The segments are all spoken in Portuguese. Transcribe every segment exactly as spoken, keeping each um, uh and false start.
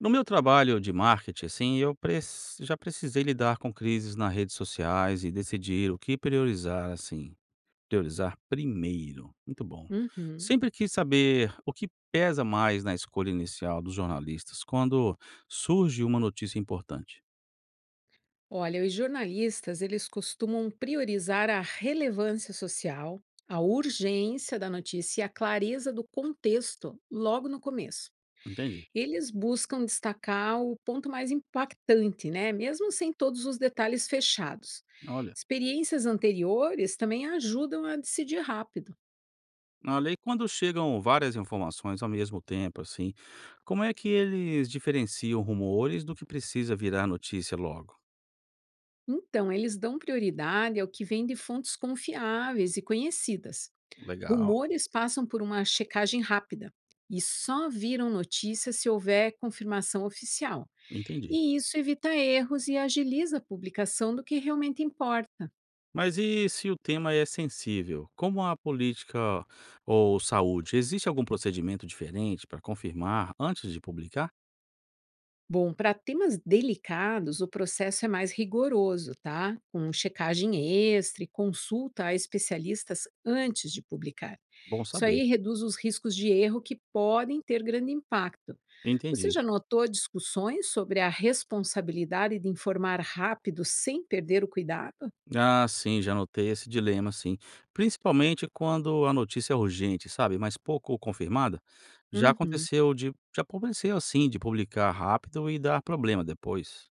No meu trabalho de marketing, assim, eu prec já precisei lidar com crises nas redes sociais e decidir o que priorizar, assim, priorizar primeiro. Muito bom. Uhum. Sempre quis saber o que pesa mais na escolha inicial dos jornalistas quando surge uma notícia importante. Olha, os jornalistas, eles costumam priorizar a relevância social, a urgência da notícia e a clareza do contexto logo no começo. Entende? Eles buscam destacar o ponto mais impactante, né? Mesmo sem todos os detalhes fechados. Olha, Experiências anteriores também ajudam a decidir rápido. olha, e quando chegam várias informações ao mesmo tempo, assim, como é que eles diferenciam rumores do que precisa virar notícia logo? Então, eles dão prioridade ao que vem de fontes confiáveis e conhecidas. Legal, Rumores passam por uma checagem rápida e só viram notícia se houver confirmação oficial. entendi. E isso evita erros e agiliza a publicação do que realmente importa. Mas e se o tema é sensível, como a política ou saúde? Existe algum procedimento diferente para confirmar antes de publicar? Bom, para temas delicados, o processo é mais rigoroso, tá? Com checagem extra e consulta a especialistas antes de publicar. Bom Isso saber. aí reduz os riscos de erro que podem ter grande impacto. Você Entendi. já notou discussões sobre a responsabilidade de informar rápido sem perder o cuidado? Ah, sim, já notei esse dilema, sim. Principalmente quando a notícia é urgente, sabe? Mas pouco confirmada. Já Uhum. aconteceu de. Já aconteceu, assim, de publicar rápido e dar problema depois.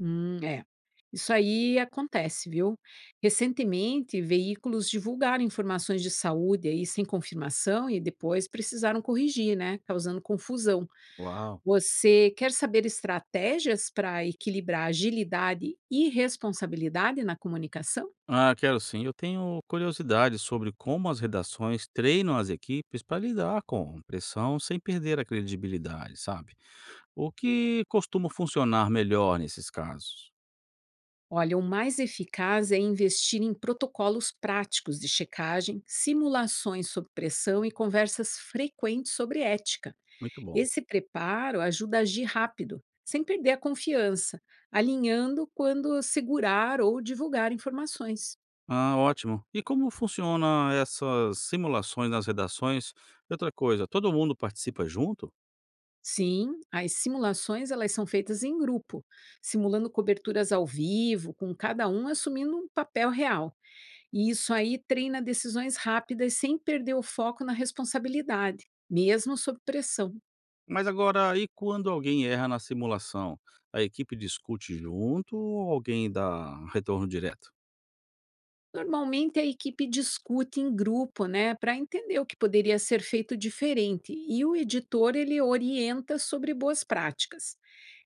Hum, é. Isso aí acontece, viu? Recentemente, veículos divulgaram informações de saúde aí sem confirmação e depois precisaram corrigir, né? Causando confusão. Uau. Você quer saber estratégias para equilibrar agilidade e responsabilidade na comunicação? Ah, quero sim. Eu tenho curiosidade sobre como as redações treinam as equipes para lidar com pressão sem perder a credibilidade, sabe? O que costuma funcionar melhor nesses casos? Olha, o mais eficaz é investir em protocolos práticos de checagem, simulações sob pressão e conversas frequentes sobre ética. Muito bom. Esse preparo ajuda a agir rápido, sem perder a confiança, alinhando quando segurar ou divulgar informações. Ah, ótimo. E como funciona essas simulações nas redações? E outra coisa, todo mundo participa junto? Sim, as simulações elas são feitas em grupo, simulando coberturas ao vivo, com cada um assumindo um papel real. E isso aí treina decisões rápidas sem perder o foco na responsabilidade, mesmo sob pressão. Mas agora, e quando alguém erra na simulação? A equipe discute junto ou alguém dá retorno direto? Normalmente a equipe discute em grupo, né, para entender o que poderia ser feito diferente, e o editor ele orienta sobre boas práticas.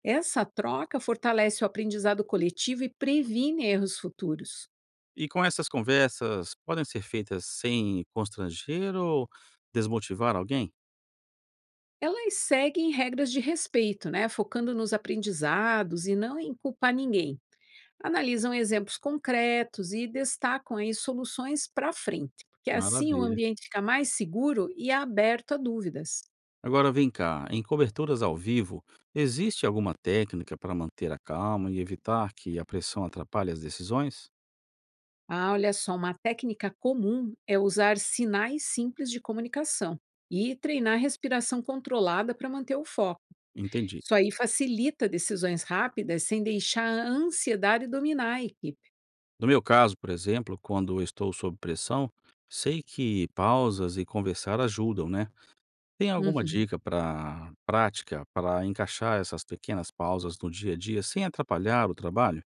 Essa troca fortalece o aprendizado coletivo e previne erros futuros. E com essas conversas, podem ser feitas sem constranger ou desmotivar alguém? Elas seguem regras de respeito, né, focando nos aprendizados e não em culpar ninguém. Analisam exemplos concretos e destacam aí soluções para frente, porque assim o Maravilha. ambiente fica mais seguro e aberto a dúvidas. Agora vem cá, em coberturas ao vivo, existe alguma técnica para manter a calma e evitar que a pressão atrapalhe as decisões? Ah, olha só, uma técnica comum é usar sinais simples de comunicação e treinar respiração controlada para manter o foco. Entendi. Isso aí facilita decisões rápidas sem deixar a ansiedade dominar a equipe. No meu caso, por exemplo, quando estou sob pressão, sei que pausas e conversar ajudam, né? Tem alguma Uhum. dica para prática para encaixar essas pequenas pausas no dia a dia sem atrapalhar o trabalho?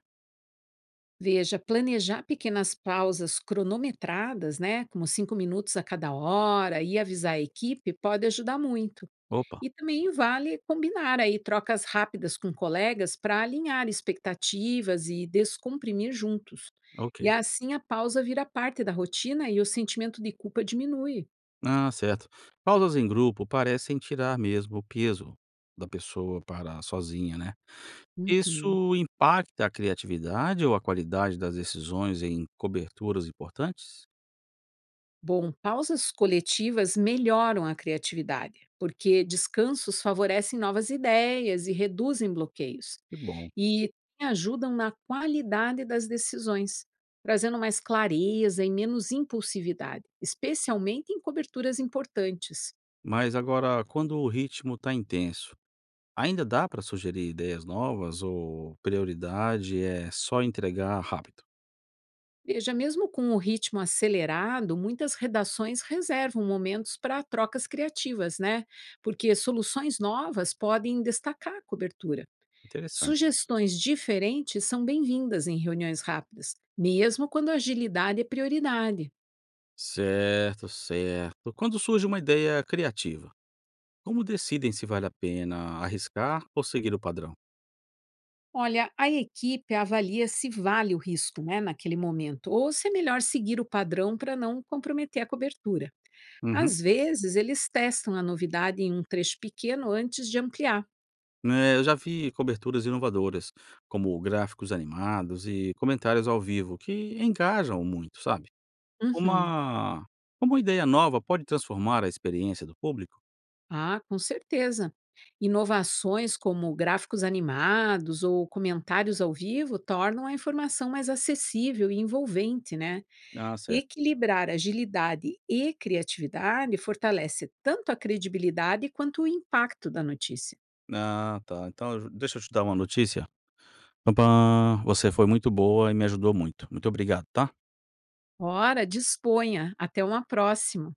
Veja, planejar pequenas pausas cronometradas, né, como cinco minutos a cada hora, e avisar a equipe pode ajudar muito. Opa, E também vale combinar aí trocas rápidas com colegas para alinhar expectativas e descomprimir juntos. ok. E assim a pausa vira parte da rotina e o sentimento de culpa diminui. Ah, certo. Pausas em grupo parecem tirar mesmo o peso da pessoa para sozinha, né? Uhum. Isso impacta a criatividade ou a qualidade das decisões em coberturas importantes? Bom, pausas coletivas melhoram a criatividade, porque descansos favorecem novas ideias e reduzem bloqueios, Que bom. e ajudam na qualidade das decisões, trazendo mais clareza e menos impulsividade, especialmente em coberturas importantes. Mas agora, quando o ritmo está intenso, ainda dá para sugerir ideias novas ou prioridade é só entregar rápido? Veja, mesmo com o ritmo acelerado, muitas redações reservam momentos para trocas criativas, né? Porque soluções novas podem destacar a cobertura. Interessante. Sugestões diferentes são bem-vindas em reuniões rápidas, mesmo quando a agilidade é prioridade. Certo, certo. Quando surge uma ideia criativa, como decidem se vale a pena arriscar ou seguir o padrão? Olha, a equipe avalia se vale o risco, né, naquele momento, ou se é melhor seguir o padrão para não comprometer a cobertura. Uhum. Às vezes, eles testam a novidade em um trecho pequeno antes de ampliar. Né, eu já vi coberturas inovadoras, como gráficos animados e comentários ao vivo, que engajam muito, sabe? Uhum. Uma, uma ideia nova pode transformar a experiência do público? Ah, com certeza. Inovações como gráficos animados ou comentários ao vivo tornam a informação mais acessível e envolvente, né? Ah, certo. Equilibrar agilidade e criatividade fortalece tanto a credibilidade quanto o impacto da notícia. Ah, tá. Então, eu- deixa eu te dar uma notícia. Pam, pam. Você foi muito boa e me ajudou muito. Muito obrigado, tá? Ora, disponha. Até uma próxima.